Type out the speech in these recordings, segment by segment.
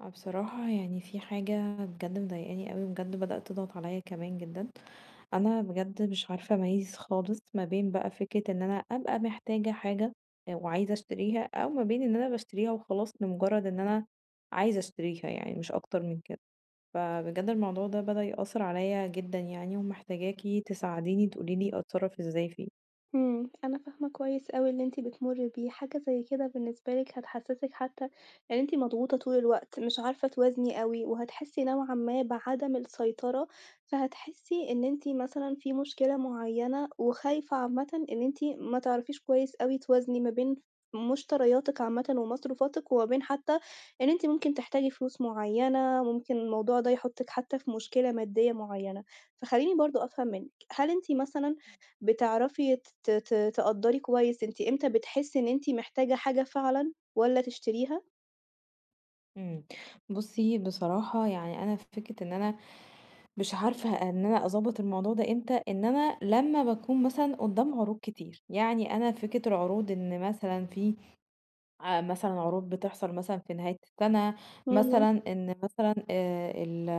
آه بصراحة يعني في حاجة بجد مضايقاني أوي وبجد بدأت تضغط عليا كمان جدًا، أنا بجد مش عارفة أميّز خالص ما بين بقى فكرة إن أنا أبقى محتاجة حاجة آه، وعايزة أشتريها، أو ما بين إن أنا باشتريها وخلاص لمجرد إن أنا عايزة أشتريها يعني مش أكتر من كده، فبجد الموضوع ده بدأ يأثر عليا جدًا يعني ومحتاجاكِ تساعديني تقولي لي أتصرف إزاي فيه. أنا فاهمة كويس أوي اللي أنتِ بتمُرّي بيه، حاجة زي كده بالنسبة لِك هتحسّسِك حتى إن أنتِ مضغوطة طول الوقت، مش عارفة توازني أوي، وهتحسّي نوعًا ما بعدم السيطرة، فهتحسّي إن أنتِ مثلًا في مشكلة معيّنة، وخايفة عامةً إن أنتِ ما تعرفيش كويس أوي توازني ما بين مشترياتِك عامةً ومصروفاتِك، وما بين حتى إن أنتِ ممكن تحتاجي فلوس معيّنة، ممكن الموضوع ده يحطِّك حتى في مشكلة مادية معيّنة. فخلّيني برضه أفهم منِّك، هل أنتِ مثلًا بتعرفي ت ت ت تقدّري كويس أنتِ إمتى بتحسّي إن أنتِ محتاجة حاجة فعلًا والّا تشتريها؟ إمم. بُصّي، بصراحة يعني أنا في فكرة إن أنا مش عارفة إن أنا أضبّط الموضوع ده إمتى، إن أنا لمّا باكون مثلًا قُدّام عروض كتير، يعني أنا فكرة العروض إن مثلًا في مثلًا عروض بتحصل مثلًا في نهاية السَنة، إمم، مثلًا إن مثلًا ال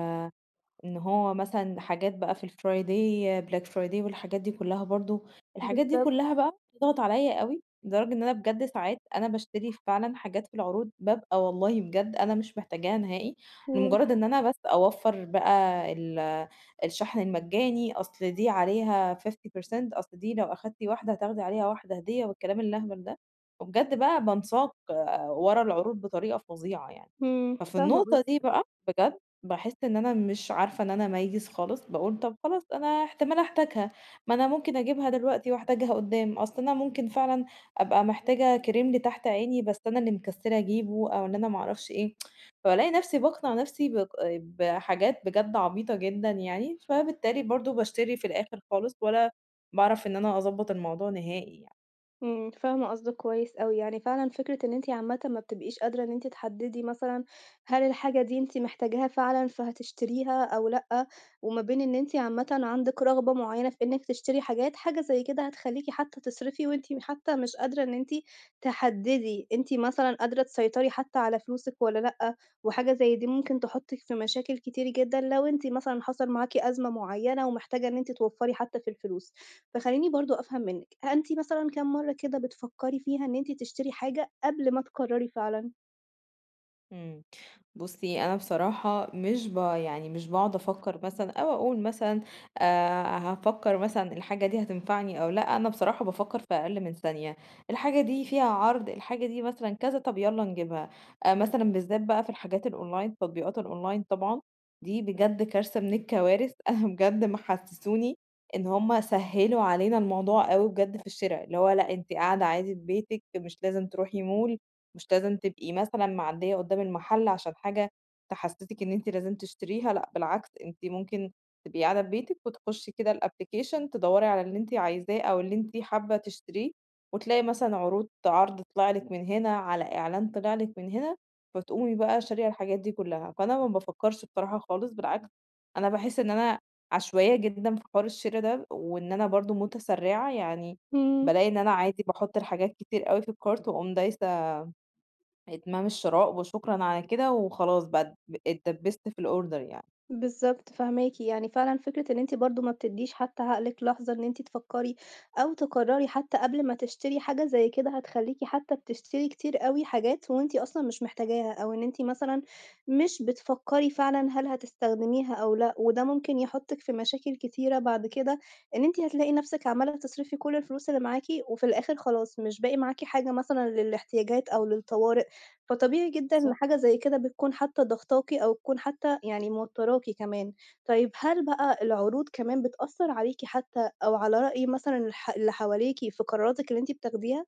إن هو مثلًا حاجات بقى في الfriday black friday والحاجات دي كلها برضه، الحاجات دي بالضبط، كلها بقى بتضغط عليَّ أوي، لدرجة إن أنا بجد ساعات أنا باشتري فعلًا حاجات في العروض بابقى والله بجد أنا مش محتاجاها نهائي، إمم، لمجرد إن أنا بس أوفّر بقى الشحن المجاني، أصل دي عليها 50% أصل دي لو أخدتِ واحدة هتاخدي عليها واحدة هدية والكلام الأهبل ده، وبجد بقى بانساق ورا العروض بطريقة فظيعة يعني. إمم، ففي فاهمة النقطة دي بقى بجد باحس إن أنا مش عارفة إن أنا أميّز خالص، باقول طب خلاص أنا احتمال أحتاجها، ما أنا ممكن أجيبها دلوقتي وأحتاجها قدّام، أصل أنا ممكن فعلًا أبقى محتاجة كريم لتحت عيني بس أنا اللي مكسّلة أجيبه أو إن أنا ما أعرفش إيه، فبالاقي نفسي باقنع نفسي بحاجات بجد عبيطة جدًا يعني، فبالتالي برضه باشتري في الآخر خالص ولا باعرف إن أنا أضبّط الموضوع نهائي يعني. إمم، فاهمة قصدِك كويس أوي، يعني فعلًا فكرة إن أنتِ عامةً ما بتبقيش قادرة إن أنتِ تحددي مثلًا هل الحاجة دي أنتِ محتاجاها فعلًا فهتشتريها أو لأ، وما بين إن أنتِ عامةً عندِك رغبة معينة في إنِك تشتري حاجات، حاجة زي كده هتخلّيكِ حتى تصرفي وأنتِ حتى مش قادرة إن أنتِ تحددي أنتِ مثلًا قادرة تسيطري حتى على فلوسِك والّا لأ، وحاجة زي دي ممكن تحطِّك في مشاكل كتير جدًا لو أنتِ مثلًا حصل معاكِ أزمة معينة ومحتاجة إن أنتِ توفّري حتى في الفلوس. فخلّيني برضه أفهم منِّك، أنتِ مثلًا كام مرّة كده بتفكّري فيها إن أنتِ تشتري حاجة قبل ما تقرّري فعلًا؟ إمم. بُصّي، أنا بصراحة مش يعني مش باقعد أفكّر مثلًا أو أقول مثلًا هافكّر مثلًا الحاجة دي هتنفعني أو لأ، أنا بصراحة بافكّر في أقل من ثانية، الحاجة دي فيها عرض، الحاجة دي مثلًا كذا، طَب يالّا نجيبها. مثلًا بالذات بقى في الحاجات الأونلاين، تطبيقات الأونلاين طبعًا، دي بجد كارثة من الكوارث، أنا بجد محسّسوني إن هم سهّلوا علينا الموضوع أوي بجد في الشِرا، اللي هو لأ، أنتِ قاعدة عادي في بيتِك، مش لازم تروحي mall مش لازم تبقي مثلًا معديّة قدّام المحل عشان حاجة تحسسِك إن أنتِ لازم تشتريها، لأ بالعكس أنتِ ممكن تبقي قاعدة في بيتِك وتخشي كده الapplication تدوّري على اللي أنتِ عايزاه أو اللي أنتِ حابة تشتريه، وتلاقي مثلًا عروض عرض طلع لِك من هنا، على إعلان طلع لِك من هنا، فتقومي بقى شارية الحاجات دي كلّها. فأنا ما بافكّرش بصراحة خالص، بالعكس أنا باحس إن أنا عشوائية جدًا في حوار الشِرا ده، وإن أنا برضه متسرّعة، يعني إمم. بالاقي إن أنا عادي باحُط الحاجات كتير أوي في الcart وأقوم دايسة إتمام الشراء وشكرًا على كده وخلاص بقى اتدبّست في الorder يعني. بالضبط، فاهماكِ، يعني فعلًا فكرة إن أنتِ برضه ما بتدّيش حتى عقلِك لحظة إن أنتِ تفكّري أو تقرّري حتى قبل ما تشتري حاجة زي كده، هتخلّيكِ حتى بتشتري كتير أوي حاجات وأنتِ أصلًا مش محتاجاها، أو إن أنتِ مثلًا مش بتفكّري فعلًا هل هتستخدميها أو لأ، وده ممكن يحطِّك في مشاكل كتيرة بعد كده، إن أنتِ هتلاقي نَفْسِك عمّالة تصرفي كل الفلوس اللي معاكِ، وفي الآخر خلاص مش باقي معاكِ حاجة مثلًا للاحتياجات أو للطوارئ. فطبيعي جدًا إن بالضبط. حاجة زي كده بتكون حتى ضاغطاكِ أو بتكون حتى يعني موتّراكِ كمان. طيب هل بقى العروض كمان بتأثّر عليكِ حتى أو على رأي مثلًا اللي حواليكِ في قراراتِك اللي أنتِ بتاخديها؟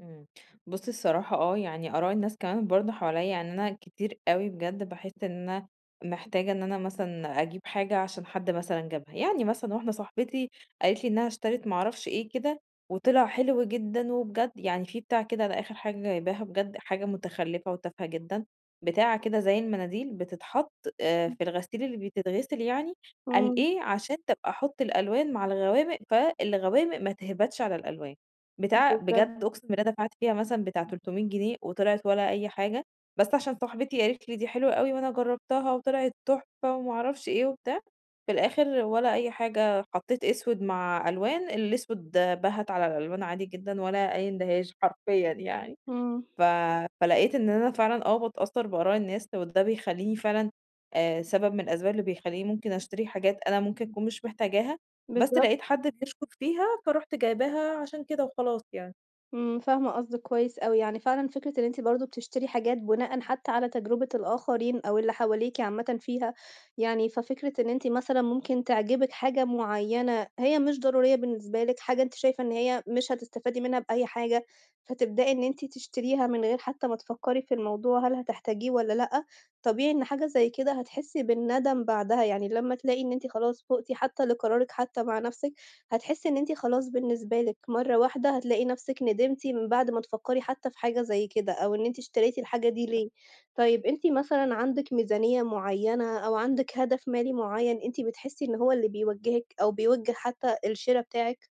إمم. بُصّي الصراحة آه، يعني آراء الناس كمان برضه حواليّا، يعني أنا كتير أوي بجد باحس إن أنا محتاجة إن أنا مثلًا أجيب حاجة عشان حد مثلًا جابها، يعني مثلًا واحدة صاحبتي قالت لي إنها اشترت ما أعرفش إيه كده وطلع حلو جدًا، وبجد يعني في بتاع كده أنا آخر حاجة جايباها بجد حاجة متخلفة وتافهة جدًا، بتاعة كده زي المناديل بتتحط في الغسيل اللي بتتغسل يعني، قال إمم، إيه عشان تبقى أحط الألوان مع الغوامق، فالغوامق ما تهبطش على الألوان. بتاع بجد بالضبط، أقسم بالله دفعت فيها مثلًا بتاع 300 جنيه وطلعت ولا أي حاجة، بس عشان صاحبتي قالت لي دي حلوة أوي وأنا جربتها وطلعت تحفة وما أعرفش إيه وبتاع، في الآخر ولا أي حاجة حطيت أسود مع ألوان، الأسود ده بهت على الألوان عادي جدًا ولا أي اندهاش حرفيًا يعني. إمم، ف فلقيت إن أنا فعلًا آه باتأثّر بآراء الناس، وده بيخلّيني فعلًا سبب من الأسباب اللي بيخلّيني ممكن أشتري حاجات أنا ممكن أكون مش محتاجاها، بس بالضبط. لقيت حد بيشكر فيها، فرُحت جايباها عشان كده وخلاص يعني. إمم، فاهمة قصدِك كويس أوي، يعني فعلًا فكرة إن أنتِ برضه بتشتري حاجات بناءً حتى على تجربة الآخرين أو اللي حواليكِ عامةً فيها، يعني ففكرة إن أنتِ مثلًا ممكن تعجبِك حاجة معيّنة هي مش ضرورية بالنسبة لِك، حاجة أنتِ شايفة إن هي مش هتستفادي منها بأي حاجة، فتبدئي إن أنتِ تشتريها من غير حتى ما تفكّري في الموضوع هل هتحتاجيه والّا لأ، طبيعي إن حاجة زي كده هتحسي بالندم بعدها، يعني لمّا تلاقي إن أنتِ خلاص فُقتِ حتى لقرارِك حتى مع نَفْسِك، هتحسّي إن أنتِ خلاص بالنسبة لِك مرّة واحدة هتلاقي نَفْسِك ندمتِ من بعد ما تفكّري حتّى في حاجة زي كده، أو إن أنتِ اشتريتِ الحاجة دي ليه. طيب أنتِ مثلًا عندِك ميزانية معيّنة أو عندِك هدف مالي معيّن أنتِ بتحسّي إن هو اللي بيوجّهِك أو بيوجّه حتّى الشِرا بتاعِك؟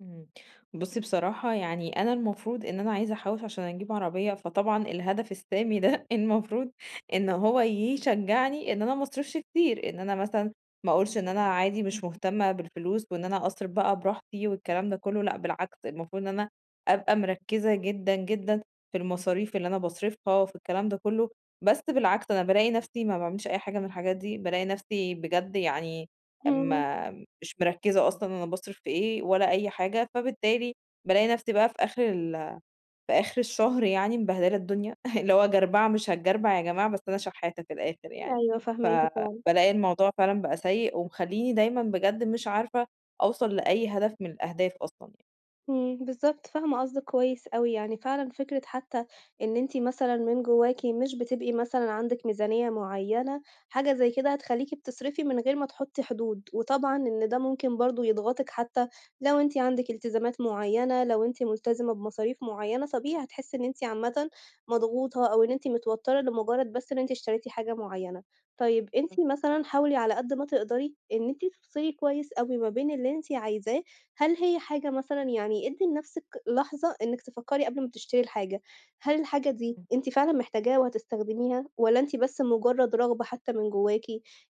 إمم. بُصّي بصراحة يعني أنا المفروض إن أنا عايزة أحوّش عشان أجيب عربية، فطبعًا الهدف السامي ده المفروض إن هو يشجّعني إن أنا ما أصرفش كتير، إن أنا مثلًا ما أقولش إن أنا عادي مش مهتمة بالفلوس وإن أنا أصرف بقى براحتي والكلام ده كلّه، لأ بالعكس المفروض إن أنا أبقى مركّزة جدًا، جدًا في المصاريف اللي أنا باصرفها وفي الكلام ده كلّه، بس بالعكس أنا بالاقي نَفْسي ما باعملش أي حاجة من الحاجات دي، بالاقي نَفْسي بجد يعني إمم، أمّا مش مركزة أصلًا أنا باصرف في إيه ولا أي حاجة، فبالتالي بالاقي نفسي بقى في آخر في آخر الشهر يعني مبهدلة الدنيا، اللي هو جربعة مش هتجربع يا جماعة بس أنا شحاتة في الآخر يعني، أيوه فاهماكِ فعلًا. فبالاقي الموضوع فعلًا بقى سيء ومخلّيني دايمًا بجد مش عارفة أوصل لأي هدف من الأهداف أصلًا يعني. إمم، بالضبط، فاهمة قصدِك كويس أوي، يعني فعلًا فكرة حتى إن أنتِ مثلًا من جواكِ مش بتبقي مثلًا عندِك ميزانية معيّنة، حاجة زي كده هتخلّيكِ بتصرفي من غير ما تحطّي حدود، وطبعًا إن ده ممكن برضه يضغطِك حتى لو أنتِ عندِك التزامات معيّنة، لو أنتِ ملتزمة بمصاريف معيّنة، طبيعي هتحسّي إن أنتِ عامةً مضغوطة أو إن أنتِ متوتّرة لمجرد بس إن أنتِ اشتريتِ حاجة معيّنة. طيب أنتِ مثلًا حاولي على قد ما تقدري إن أنتِ تفصلي كويس أوي ما بين اللي أنتِ عايزاه هل هي حاجة مثلًا يعني ادّي لنفسِك لحظة إنِّك تفكّري قبل ما تشتري الحاجة، هل الحاجة دي إمم، أنتِ فعلًا محتاجاها وهتستخدميها والّا أنتِ بس مجرّد رغبة حتى من جواكِ؟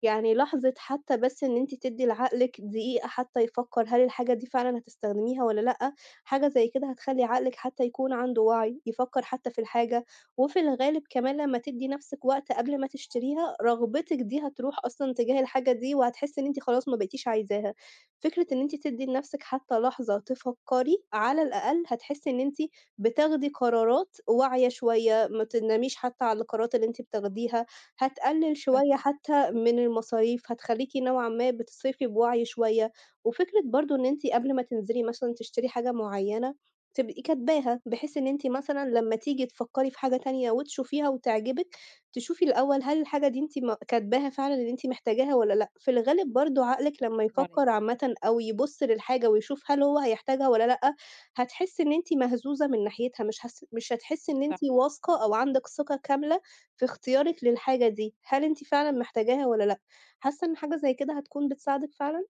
يعني لحظة حتى بس إن أنتِ تدّي لعقلِك دقيقة حتى يفكّر هل الحاجة دي فعلًا هتستخدميها والّا لأ، حاجة زي كده هتخلّي عقلِك حتى يكون عنده وعي، يفكّر حتى في الحاجة، وفي الغالب كمان لمّا تدّي نفسِك وقت قبل ما تشتريها، رغبتِك دي هتروح أصلًا تجاه الحاجة دي وهتحسّي إن أنتِ خلاص ما بقيتيش عايزاها. فكرة إن أنتِ تدّي لنَفْسِك حتى لحظة تفكّري، على الأقل هتحسّي إن أنتِ بتاخدي قرارات واعية شوية، ما تناميش حتى على القرارات اللي أنتِ بتاخديها، هتقلِّل شوية فاهماكِ، حتى من المصاريف، هتخلّيكِ نوعًا ما بتصرفي بوعي شوية، وفكرة برضه إن أنتِ قبل ما تنزلي مثلًا تشتري حاجة معيّنة، تبقي كاتباها، بحيث إن أنتِ مثلًا إمم، لمّا تيجي تفكّري في حاجة تانية وتشوفيها وتعجبِك، تشوفي الأول هل الحاجة دي أنتِ كاتباها فعلًا إن أنتِ محتاجاها والّا لأ، في الغالب برضه عقلِك لمّا برافو عليكِ. يفكّر عامةً أو يبُص للحاجة ويشوف هل هو هيحتاجها والّا لأ، هتحسّي إن أنتِ مهزوزة من ناحيتها، مش هتحسّي إن أنتِ واثقة أو عندِك ثقة كاملة في اختيارِك للحاجة دي، هل أنتِ فعلًا محتاجاها والّا لأ، حاسة إن حاجة زي كده هتكون بتساعدِك فعلًا؟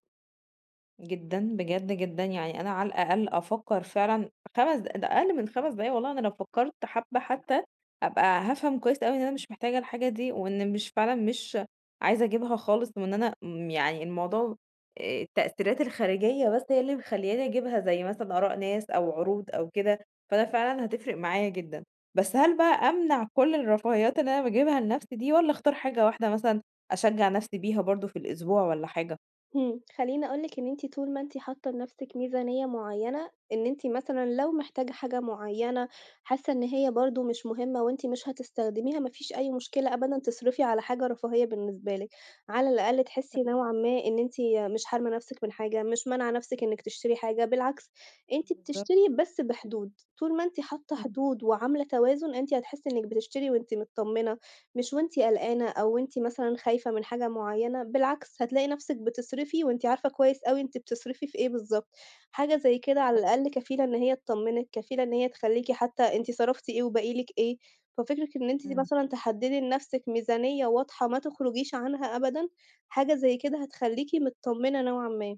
جدًا، بجد جدًا، يعني أنا على الأقل أفكّر فعلًا 5 ده أقل من 5 دقايق والله أنا لو فكّرت حبّة حتى أبقى هافهم كويس أوي إن أنا مش محتاجة الحاجة دي، وإن مش فعلًا مش عايزة أجيبها خالص، وإن أنا يعني الموضوع التأثيرات الخارجية بس هي اللي مخلّياني أجيبها، زي مثلًا آراء ناس أو عروض أو كده، فأنا فعلًا هتفرق معايا جدًا. بس هل بقى أمنع كل الرفاهيات اللي أنا باجيبها لنفسي دي والّا أختار حاجة واحدة مثلًا أشجّع نفسي بيها برضه في الأسبوع والّا حاجة؟ إمم، خلّيني أقول لِك إن أنتِ طول ما أنتِ حاطة لنفسِك ميزانية معيّنة، إن أنتِ مثلًا لو محتاجة حاجة معيّنة، حاسة إن هي برضه مش مهمة وأنتِ مش هتستخدميها، ما فيش أي مشكلة أبدًا تصرفي على حاجة رفاهية بالنسبة لِك، على الأقل تحسي نوعًا تمام. ما إن أنتِ مش حارمة نفسِك من حاجة، مش مانعة نفسِك إنِك تشتري حاجة، بالعكس أنتِ بالضبط، بتشتري بس بحدود، طول ما أنتِ حاطة إمم، حدود وعاملة توازن، أنتِ هتحسي إنِك بتشتري وأنتِ متطمنة. مش وأنتِ قلقانة أو وأنتِ مثلًا خايفة من حاجة معيّنة، بالعكس هتلاقي نَفْسِك بتصرفي وأنتِ عارفة كويس أوي أنتِ بتصرفي في إيه بالضبط، حاجة زي كده على برافو عليك، الأقل كفيلة إن هي تطمنِك، كفيلة إن هي تخلّيكِ حتى أنتِ صرفتِ إيه وباقي لِك إيه، ففكرة إن أنتِ إمم. مثلًا تحددي لنَفْسِك ميزانية واضحة ما تخرجيش عنها أبدًا، حاجة زي كده هتخلّيكِ متطمنة نوعًا ما.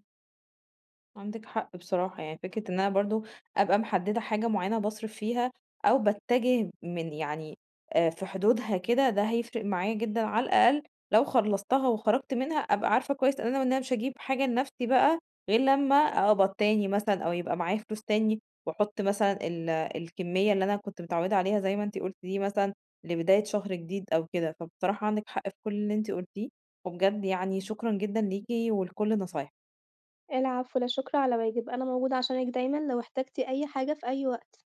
عندِك حق بصراحة، يعني فكرة إن أنا برضه أبقى محددة حاجة معينة باصرف فيها، أو باتجه من يعني في حدودها كده، ده هيفرق معايا جدًا، على الأقل لو خلصتها وخرجت منها أبقى عارفة كويس إن أنا مش هاجيب حاجة لنفسي بقى، غير لمّا أقبض تاني مثلًا، أو يبقى معايا فلوس تاني، وأحط مثلًا الكمية اللي أنا كنت متعودة عليها زي ما أنتِ قلتِ دي مثلًا لبداية شهر جديد أو كده، فبصراحة عندِك حق في كل اللي أنتِ قلتيه، وبجد يعني شكرًا جدًا ليكِ ولكل نصايحك. العفو، لا شكر على واجب، أنا موجودة عشانِك دايمًا لو احتجتِ أي حاجة في أي وقت.